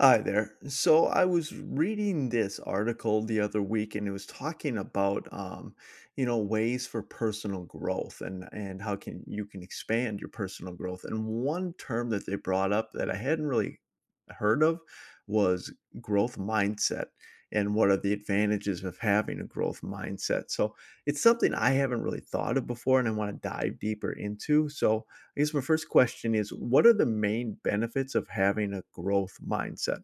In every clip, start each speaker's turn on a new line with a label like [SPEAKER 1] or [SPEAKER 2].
[SPEAKER 1] Hi there. So I was reading this article the other week, and it was talking about, ways for personal growth and how can you can expand your personal growth. And one term that they brought up that I hadn't really heard of was growth mindset and what are the advantages of having a growth mindset. So it's something I haven't really thought of before, and I want to dive deeper into. So I guess my first question is what are the main benefits of having a growth mindset?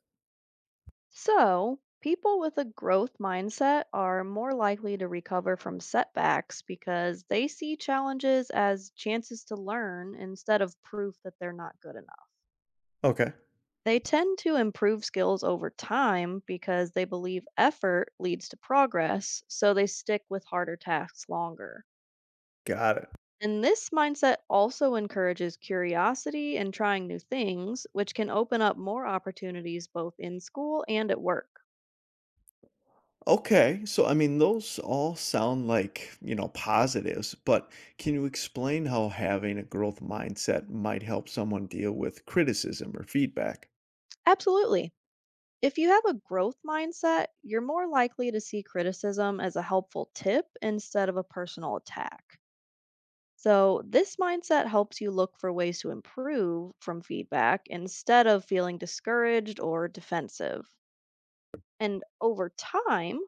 [SPEAKER 2] So, people with a growth mindset are more likely to recover from setbacks because they see challenges as chances to learn instead of proof that they're not good enough.
[SPEAKER 1] Okay,
[SPEAKER 2] They tend to improve skills over time because they believe effort leads to progress, so they stick with harder tasks longer.
[SPEAKER 1] got it.
[SPEAKER 2] And this mindset also encourages curiosity and trying new things, which can open up more opportunities both in school and at work.
[SPEAKER 1] Okay, so I mean, those all sound like, you know, positives, but can you explain how having a growth mindset might help someone deal with criticism or feedback?
[SPEAKER 2] Absolutely. If you have a growth mindset, you're more likely to see criticism as a helpful tip instead of a personal attack. So, this mindset helps you look for ways to improve from feedback instead of feeling discouraged or defensive. And over time,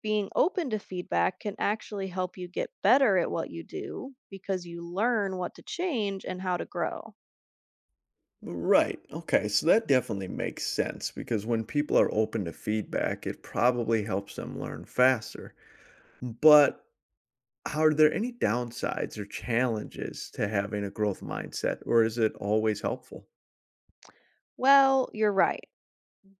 [SPEAKER 2] being open to feedback can actually help you get better at what you do because you learn what to change and how to grow.
[SPEAKER 1] Right. Okay. So that definitely makes sense because when people are open to feedback, it probably helps them learn faster. But are there any downsides or challenges to having a growth mindset, or is it always helpful?
[SPEAKER 2] Well, you're right.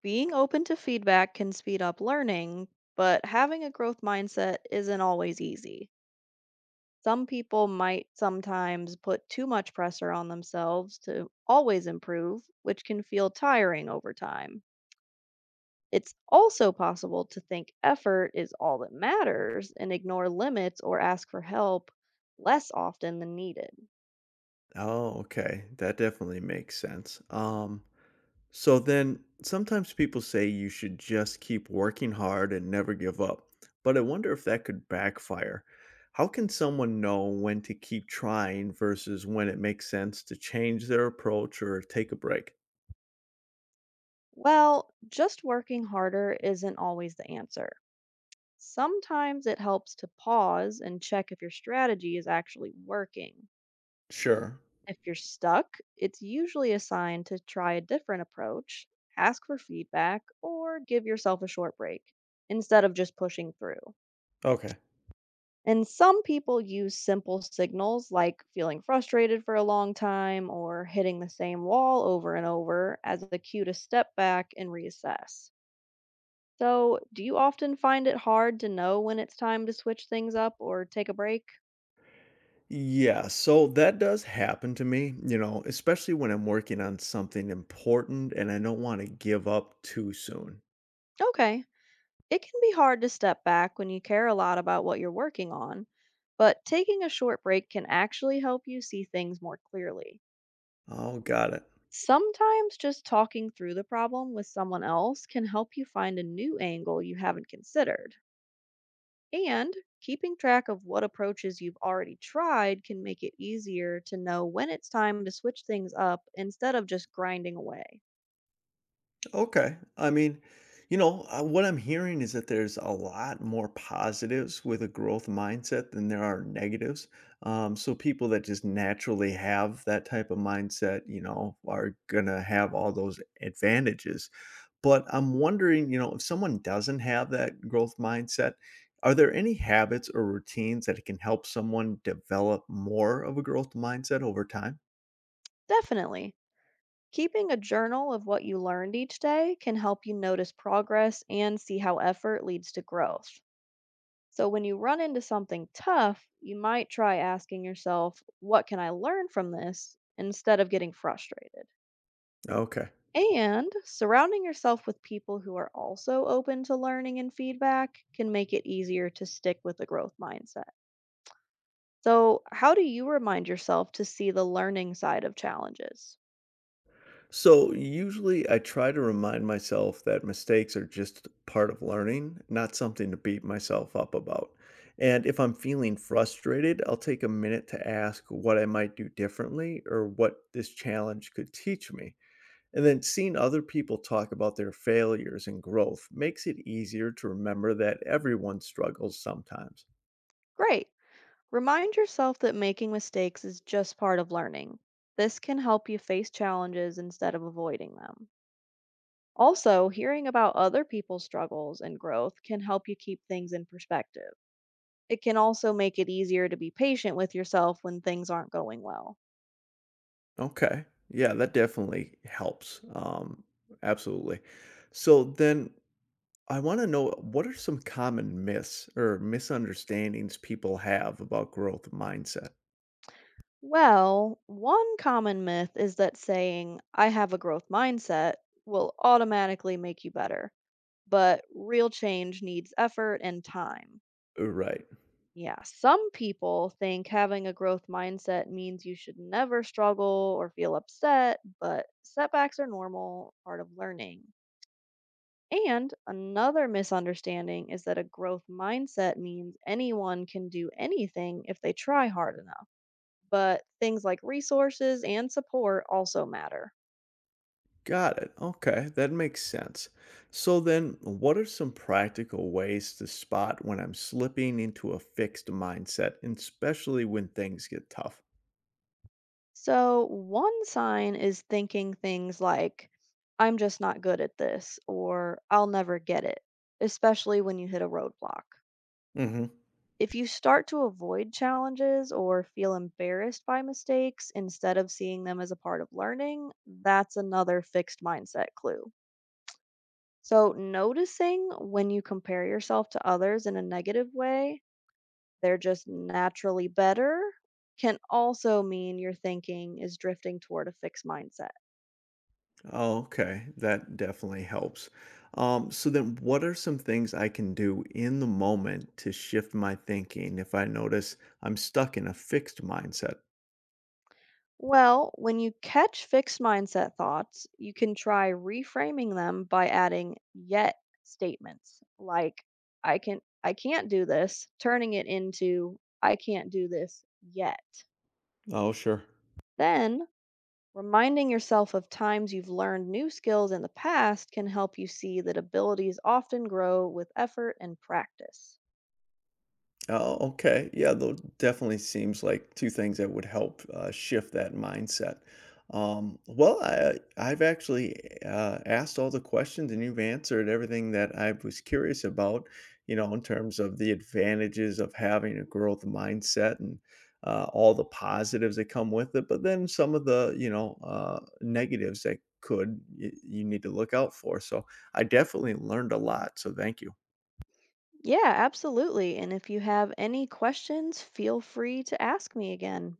[SPEAKER 2] Being open to feedback can speed up learning, but having a growth mindset isn't always easy. Some people might sometimes put too much pressure on themselves to always improve, which can feel tiring over time. It's also possible to think effort is all that matters and ignore limits or ask for help less often than needed.
[SPEAKER 1] Oh, okay. That definitely makes sense. So then sometimes people say you should just keep working hard and never give up, but I wonder if that could backfire. How can someone know when to keep trying versus when it makes sense to change their approach or take a break?
[SPEAKER 2] Well, just working harder isn't always the answer. Sometimes it helps to pause and check if your strategy is actually working.
[SPEAKER 1] Sure.
[SPEAKER 2] If you're stuck, it's usually a sign to try a different approach, ask for feedback, or give yourself a short break instead of just pushing through.
[SPEAKER 1] Okay.
[SPEAKER 2] And some people use simple signals like feeling frustrated for a long time or hitting the same wall over and over as a cue to step back and reassess. So, do you often find it hard to know when it's time to switch things up or take a break?
[SPEAKER 1] Yeah, so that does happen to me, you know, especially when I'm working on something important and I don't want to give up too soon.
[SPEAKER 2] Okay. It can be hard to step back when you care a lot about what you're working on, but taking a short break can actually help you see things more clearly.
[SPEAKER 1] Oh, got it.
[SPEAKER 2] Sometimes just talking through the problem with someone else can help you find a new angle you haven't considered. And keeping track of what approaches you've already tried can make it easier to know when it's time to switch things up instead of just grinding away.
[SPEAKER 1] Okay. I mean, what I'm hearing is that there's a lot more positives with a growth mindset than there are negatives. So people that just naturally have that type of mindset, you know, are gonna have all those advantages. But I'm wondering, you know, if someone doesn't have that growth mindset, are there any habits or routines that can help someone develop more of a growth mindset over time?
[SPEAKER 2] Definitely. Keeping a journal of what you learned each day can help you notice progress and see how effort leads to growth. So, when you run into something tough, you might try asking yourself, What can I learn from this? Instead of getting frustrated.
[SPEAKER 1] Okay.
[SPEAKER 2] And surrounding yourself with people who are also open to learning and feedback can make it easier to stick with a growth mindset. So, how do you remind yourself to see the learning side of challenges?
[SPEAKER 1] So usually I try to remind myself that mistakes are just part of learning, not something to beat myself up about. And if I'm feeling frustrated, I'll take a minute to ask what I might do differently or what this challenge could teach me. And then seeing other people talk about their failures and growth makes it easier to remember that everyone struggles sometimes.
[SPEAKER 2] Great. Remind yourself that making mistakes is just part of learning. This can help you face challenges instead of avoiding them. Also, hearing about other people's struggles and growth can help you keep things in perspective. It can also make it easier to be patient with yourself when things aren't going well.
[SPEAKER 1] Okay. Yeah, that definitely helps. Absolutely. So then I want to know what are some common myths or misunderstandings people have about growth mindset?
[SPEAKER 2] Well, one common myth is that saying, I have a growth mindset, will automatically make you better. But real change needs effort and time.
[SPEAKER 1] Right.
[SPEAKER 2] Yeah, some people think having a growth mindset means you should never struggle or feel upset, but setbacks are normal, part of learning. And another misunderstanding is that a growth mindset means anyone can do anything if they try hard enough. But things like resources and support also matter.
[SPEAKER 1] Got it. Okay. That makes sense. So then what are some practical ways to spot when I'm slipping into a fixed mindset, and especially when things get tough?
[SPEAKER 2] So, one sign is thinking things like, I'm just not good at this, or I'll never get it, especially when you hit a roadblock.
[SPEAKER 1] Mm-hmm.
[SPEAKER 2] If you start to avoid challenges or feel embarrassed by mistakes instead of seeing them as a part of learning, that's another fixed mindset clue. So, noticing when you compare yourself to others in a negative way, they're just naturally better, can also mean your thinking is drifting toward a fixed mindset.
[SPEAKER 1] Oh, okay. That definitely helps. So then what are some things I can do in the moment to shift my thinking if I notice I'm stuck in a fixed mindset?
[SPEAKER 2] Well, when you catch fixed mindset thoughts, you can try reframing them by adding yet statements like I can't do this, turning it into I can't do this yet.
[SPEAKER 1] Oh, sure.
[SPEAKER 2] Then, reminding yourself of times you've learned new skills in the past can help you see that abilities often grow with effort and practice.
[SPEAKER 1] Oh, okay. Yeah, though definitely seems like two things that would help shift that mindset. Well, I've actually asked all the questions and you've answered everything that I was curious about, you know, in terms of the advantages of having a growth mindset and all the positives that come with it, but then some of the, you know, negatives that could you need to look out for. So I definitely learned a lot. So thank you.
[SPEAKER 2] Yeah, absolutely. And if you have any questions, feel free to ask me again.